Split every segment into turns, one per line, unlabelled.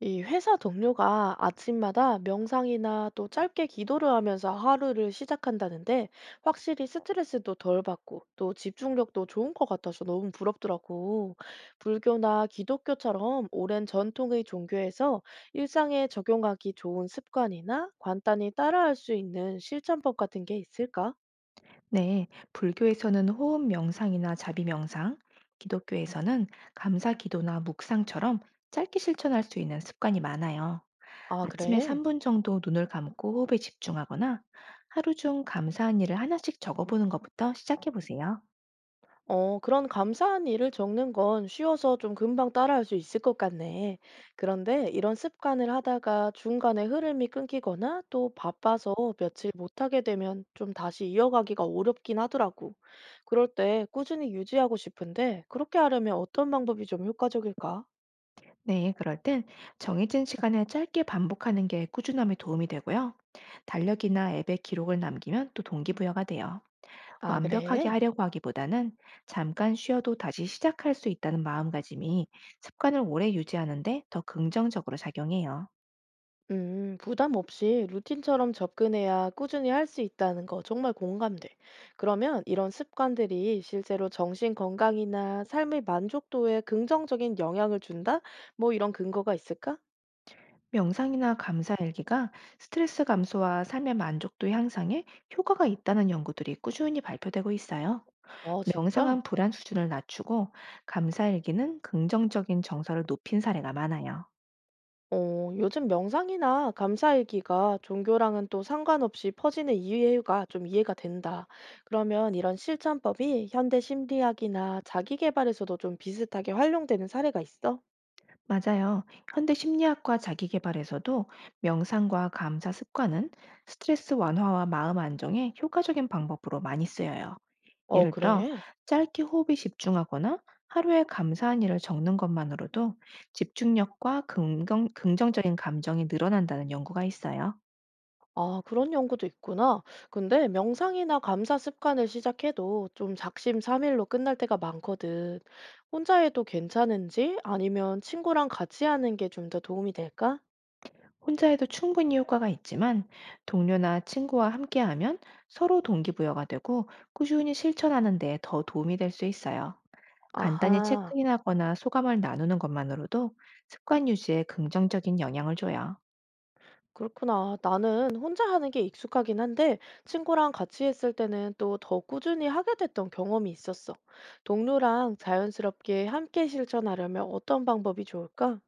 이 회사 동료가 아침마다 명상이나 또 짧게 기도를 하면서 하루를 시작한다는데 확실히 스트레스도 덜 받고 또 집중력도 좋은 것 같아서 너무 부럽더라고. 불교나 기독교처럼 오랜 전통의 종교에서 일상에 적용하기 좋은 습관이나 간단히 따라할 수 있는 실천법 같은 게 있을까?
네, 불교에서는 호흡 명상이나 자비 명상, 기독교에서는 감사 기도나 묵상처럼 짧게 실천할 수 있는 습관이 많아요.
아,
아침에
그래.
3분 정도 눈을 감고 호흡에 집중하거나 하루 중 감사한 일을 하나씩 적어보는 것부터 시작해 보세요.
어, 그런 감사한 일을 적는 건 쉬워서 좀 금방 따라할 수 있을 것 같네. 그런데 이런 습관을 하다가 중간에 흐름이 끊기거나 또 바빠서 며칠 못하게 되면 좀 다시 이어가기가 어렵긴 하더라고. 그럴 때 꾸준히 유지하고 싶은데 그렇게 하려면 어떤 방법이 좀 효과적일까?
네, 그럴 땐 정해진 시간에 짧게 반복하는 게 꾸준함에 도움이 되고요. 달력이나 앱에 기록을 남기면 또 동기부여가 돼요.
아,
완벽하게
그래?
하려고 하기보다는 잠깐 쉬어도 다시 시작할 수 있다는 마음가짐이 습관을 오래 유지하는데 더 긍정적으로 작용해요.
부담 없이 루틴처럼 접근해야 꾸준히 할 수 있다는 거 정말 공감돼. 그러면 이런 습관들이 실제로 정신 건강이나 삶의 만족도에 긍정적인 영향을 준다? 뭐 이런 근거가 있을까?
명상이나 감사 일기가 스트레스 감소와 삶의 만족도 향상에 효과가 있다는 연구들이 꾸준히 발표되고 있어요.
아, 진짜?
명상은 불안 수준을 낮추고 감사 일기는 긍정적인 정서를 높인 사례가 많아요.
어, 요즘 명상이나 감사일기가 종교랑은 또 상관없이 퍼지는 이유가 좀 이해가 된다. 그러면 이런 실천법이 현대 심리학이나 자기계발에서도 좀 비슷하게 활용되는 사례가 있어?
맞아요. 현대 심리학과 자기계발에서도 명상과 감사 습관은 스트레스 완화와 마음 안정에 효과적인 방법으로 많이 쓰여요.
어,
예를 들어,
그래.
짧게 호흡에 집중하거나 하루에 감사한 일을 적는 것만으로도 집중력과 긍정적인 감정이 늘어난다는 연구가 있어요.
아, 그런 연구도 있구나. 근데 명상이나 감사 습관을 시작해도 좀 작심삼일로 끝날 때가 많거든. 혼자 해도 괜찮은지 아니면 친구랑 같이 하는 게 좀 더 도움이 될까?
혼자 해도 충분히 효과가 있지만 동료나 친구와 함께하면 서로 동기부여가 되고 꾸준히 실천하는 데 더 도움이 될 수 있어요. 간단히
아하,
체크인하거나 소감을 나누는 것만으로도 습관 유지에 긍정적인 영향을 줘요.
그렇구나. 나는 혼자 하는 게 익숙하긴 한데 친구랑 같이 했을 때는 또 더 꾸준히 하게 됐던 경험이 있었어. 동료랑 자연스럽게 함께 실천하려면 어떤 방법이 좋을까?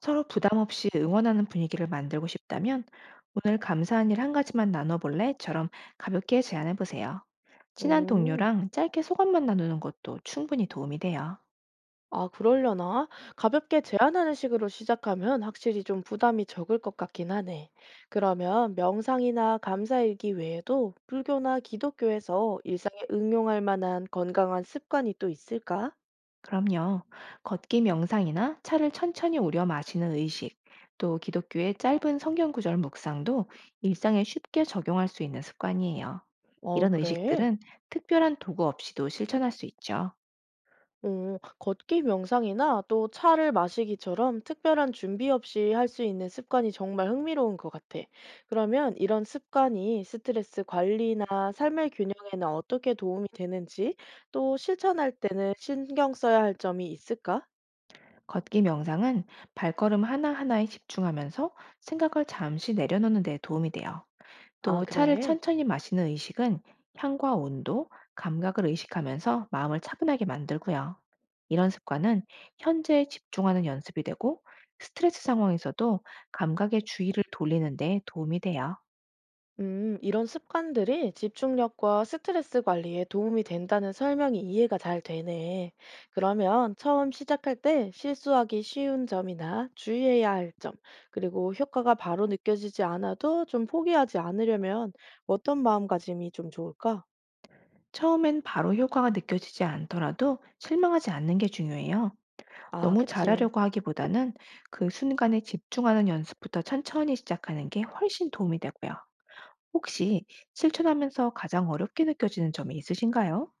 서로 부담 없이 응원하는 분위기를 만들고 싶다면 "오늘 감사한 일 한 가지만 나눠볼래?"처럼 가볍게 제안해 보세요. 친한
음.
동료랑 짧게 소감만 나누는 것도 충분히 도움이 돼요.
아, 그러려나? 가볍게 제안하는 식으로 시작하면 확실히 좀 부담이 적을 것 같긴 하네. 그러면 명상이나 감사일기 외에도 불교나 기독교에서 일상에 응용할 만한 건강한 습관이 또 있을까?
그럼요. 걷기 명상이나 차를 천천히 우려 마시는 의식, 또 기독교의 짧은 성경 구절 묵상도 일상에 쉽게 적용할 수 있는 습관이에요.
어,
이런
그래.
의식들은 특별한 도구 없이도 실천할 수 있죠.
오, 걷기 명상이나 또 차를 마시기처럼 특별한 준비 없이 할 수 있는 습관이 정말 흥미로운 것 같아. 그러면 이런 습관이 스트레스 관리나 삶의 균형에는 어떻게 도움이 되는지, 또 실천할 때는 신경 써야 할 점이 있을까?
걷기 명상은 발걸음 하나하나에 집중하면서 생각을 잠시 내려놓는 데 도움이 돼요.
아,
또 차를
그래.
천천히 마시는 의식은 향과 온도, 감각을 의식하면서 마음을 차분하게 만들고요. 이런 습관은 현재에 집중하는 연습이 되고 스트레스 상황에서도 감각의 주의를 돌리는 데 도움이 돼요.
이런 습관들이 집중력과 스트레스 관리에 도움이 된다는 설명이 이해가 잘 되네. 그러면 처음 시작할 때 실수하기 쉬운 점이나 주의해야 할 점, 그리고 효과가 바로 느껴지지 않아도 좀 포기하지 않으려면 어떤 마음가짐이 좀 좋을까?
처음엔 바로 효과가 느껴지지 않더라도 실망하지 않는 게 중요해요.
아,
너무
그치.
잘하려고 하기보다는 그 순간에 집중하는 연습부터 천천히 시작하는 게 훨씬 도움이 되고요. 혹시 실천하면서 가장 어렵게 느껴지는 점이 있으신가요?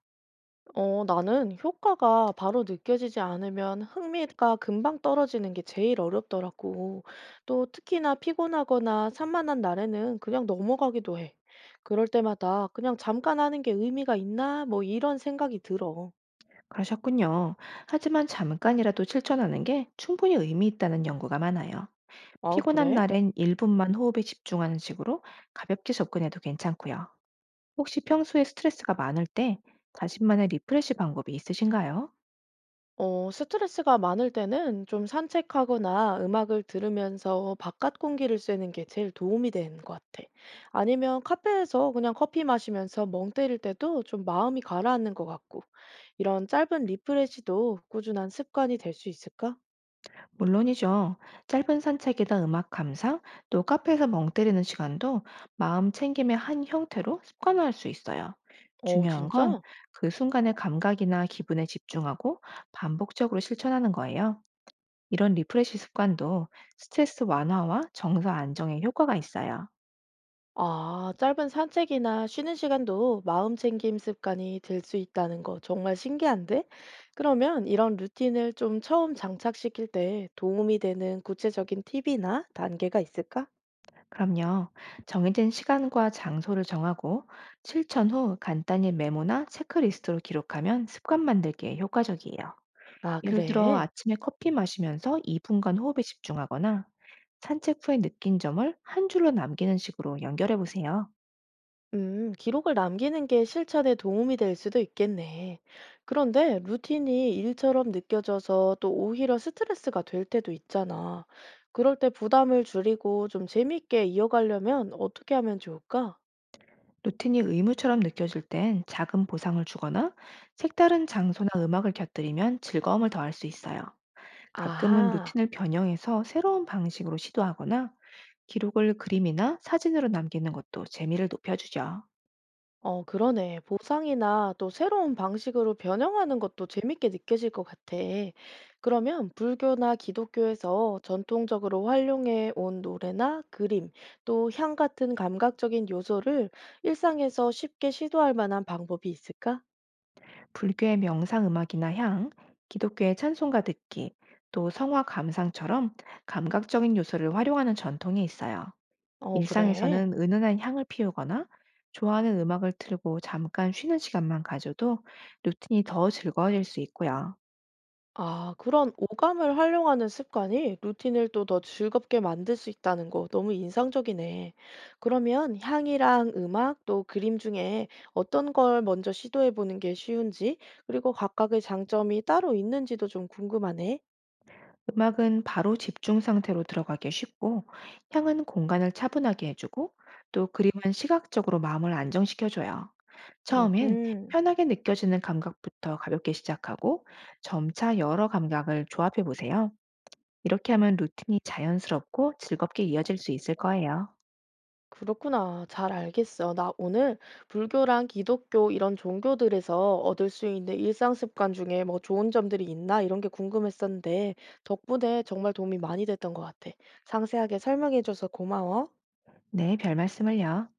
어, 나는 효과가 바로 느껴지지 않으면 흥미가 금방 떨어지는 게 제일 어렵더라고. 또 특히나 피곤하거나 산만한 날에는 그냥 넘어가기도 해. 그럴 때마다 그냥 잠깐 하는 게 의미가 있나? 뭐 이런 생각이 들어.
그러셨군요. 하지만 잠깐이라도 실천하는 게 충분히 의미 있다는 연구가 많아요.
아,
피곤한
그래?
날엔 1분만 호흡에 집중하는 식으로 가볍게 접근해도 괜찮고요. 혹시 평소에 스트레스가 많을 때 자신만의 리프레시 방법이 있으신가요?
어, 스트레스가 많을 때는 좀 산책하거나 음악을 들으면서 바깥 공기를 쐬는 게 제일 도움이 되는 것 같아. 아니면 카페에서 그냥 커피 마시면서 멍 때릴 때도 좀 마음이 가라앉는 것 같고. 이런 짧은 리프레시도 꾸준한 습관이 될 수 있을까?
물론이죠. 짧은 산책이나 음악 감상, 또 카페에서 멍 때리는 시간도 마음 챙김의 한 형태로 습관화할 수 있어요.
어,
중요한 건
진짜?
그 순간의 감각이나 기분에 집중하고 반복적으로 실천하는 거예요. 이런 리프레시 습관도 스트레스 완화와 정서 안정에 효과가 있어요.
아, 짧은 산책이나 쉬는 시간도 마음 챙김 습관이 될 수 있다는 거 정말 신기한데? 그러면 이런 루틴을 좀 처음 장착시킬 때 도움이 되는 구체적인 팁이나 단계가 있을까?
그럼요. 정해진 시간과 장소를 정하고 실천 후 간단히 메모나 체크리스트로 기록하면 습관 만들기에 효과적이에요.
아,
예를 들어
그래.
아침에 커피 마시면서 2분간 호흡에 집중하거나 산책 후에 느낀 점을 한 줄로 남기는 식으로 연결해 보세요.
기록을 남기는 게 실천에 도움이 될 수도 있겠네. 그런데 루틴이 일처럼 느껴져서 또 오히려 스트레스가 될 때도 있잖아. 그럴 때 부담을 줄이고 좀 재밌게 이어가려면 어떻게 하면 좋을까?
루틴이 의무처럼 느껴질 땐 작은 보상을 주거나 색다른 장소나 음악을 곁들이면 즐거움을 더할 수 있어요. 가끔은
아하.
루틴을 변형해서 새로운 방식으로 시도하거나 기록을 그림이나 사진으로 남기는 것도 재미를 높여주죠.
어, 그러네. 보상이나 또 새로운 방식으로 변형하는 것도 재밌게 느껴질 것 같아. 그러면 불교나 기독교에서 전통적으로 활용해 온 노래나 그림, 또 향 같은 감각적인 요소를 일상에서 쉽게 시도할 만한 방법이 있을까?
불교의 명상 음악이나 향, 기독교의 찬송가 듣기, 또 성화 감상처럼 감각적인 요소를 활용하는 전통이 있어요.
어, 그래.
일상에서는 은은한 향을 피우거나 좋아하는 음악을 틀고 잠깐 쉬는 시간만 가져도 루틴이 더 즐거워질 수 있고요.
아, 그런 오감을 활용하는 습관이 루틴을 또 더 즐겁게 만들 수 있다는 거 너무 인상적이네. 그러면 향이랑 음악 또 그림 중에 어떤 걸 먼저 시도해 보는 게 쉬운지, 그리고 각각의 장점이 따로 있는지도 좀 궁금하네.
음악은 바로 집중 상태로 들어가기 쉽고, 향은 공간을 차분하게 해주고, 또 그림은 시각적으로 마음을 안정시켜줘요. 처음엔
음.
편하게 느껴지는 감각부터 가볍게 시작하고, 점차 여러 감각을 조합해 보세요. 이렇게 하면 루틴이 자연스럽고 즐겁게 이어질 수 있을 거예요.
그렇구나. 잘 알겠어. 나 오늘 불교랑 기독교 이런 종교들에서 얻을 수 있는 일상 습관 중에 뭐 좋은 점들이 있나 이런 게 궁금했었는데 덕분에 정말 도움이 많이 됐던 것 같아. 상세하게 설명해줘서 고마워.
네, 별 말씀을요.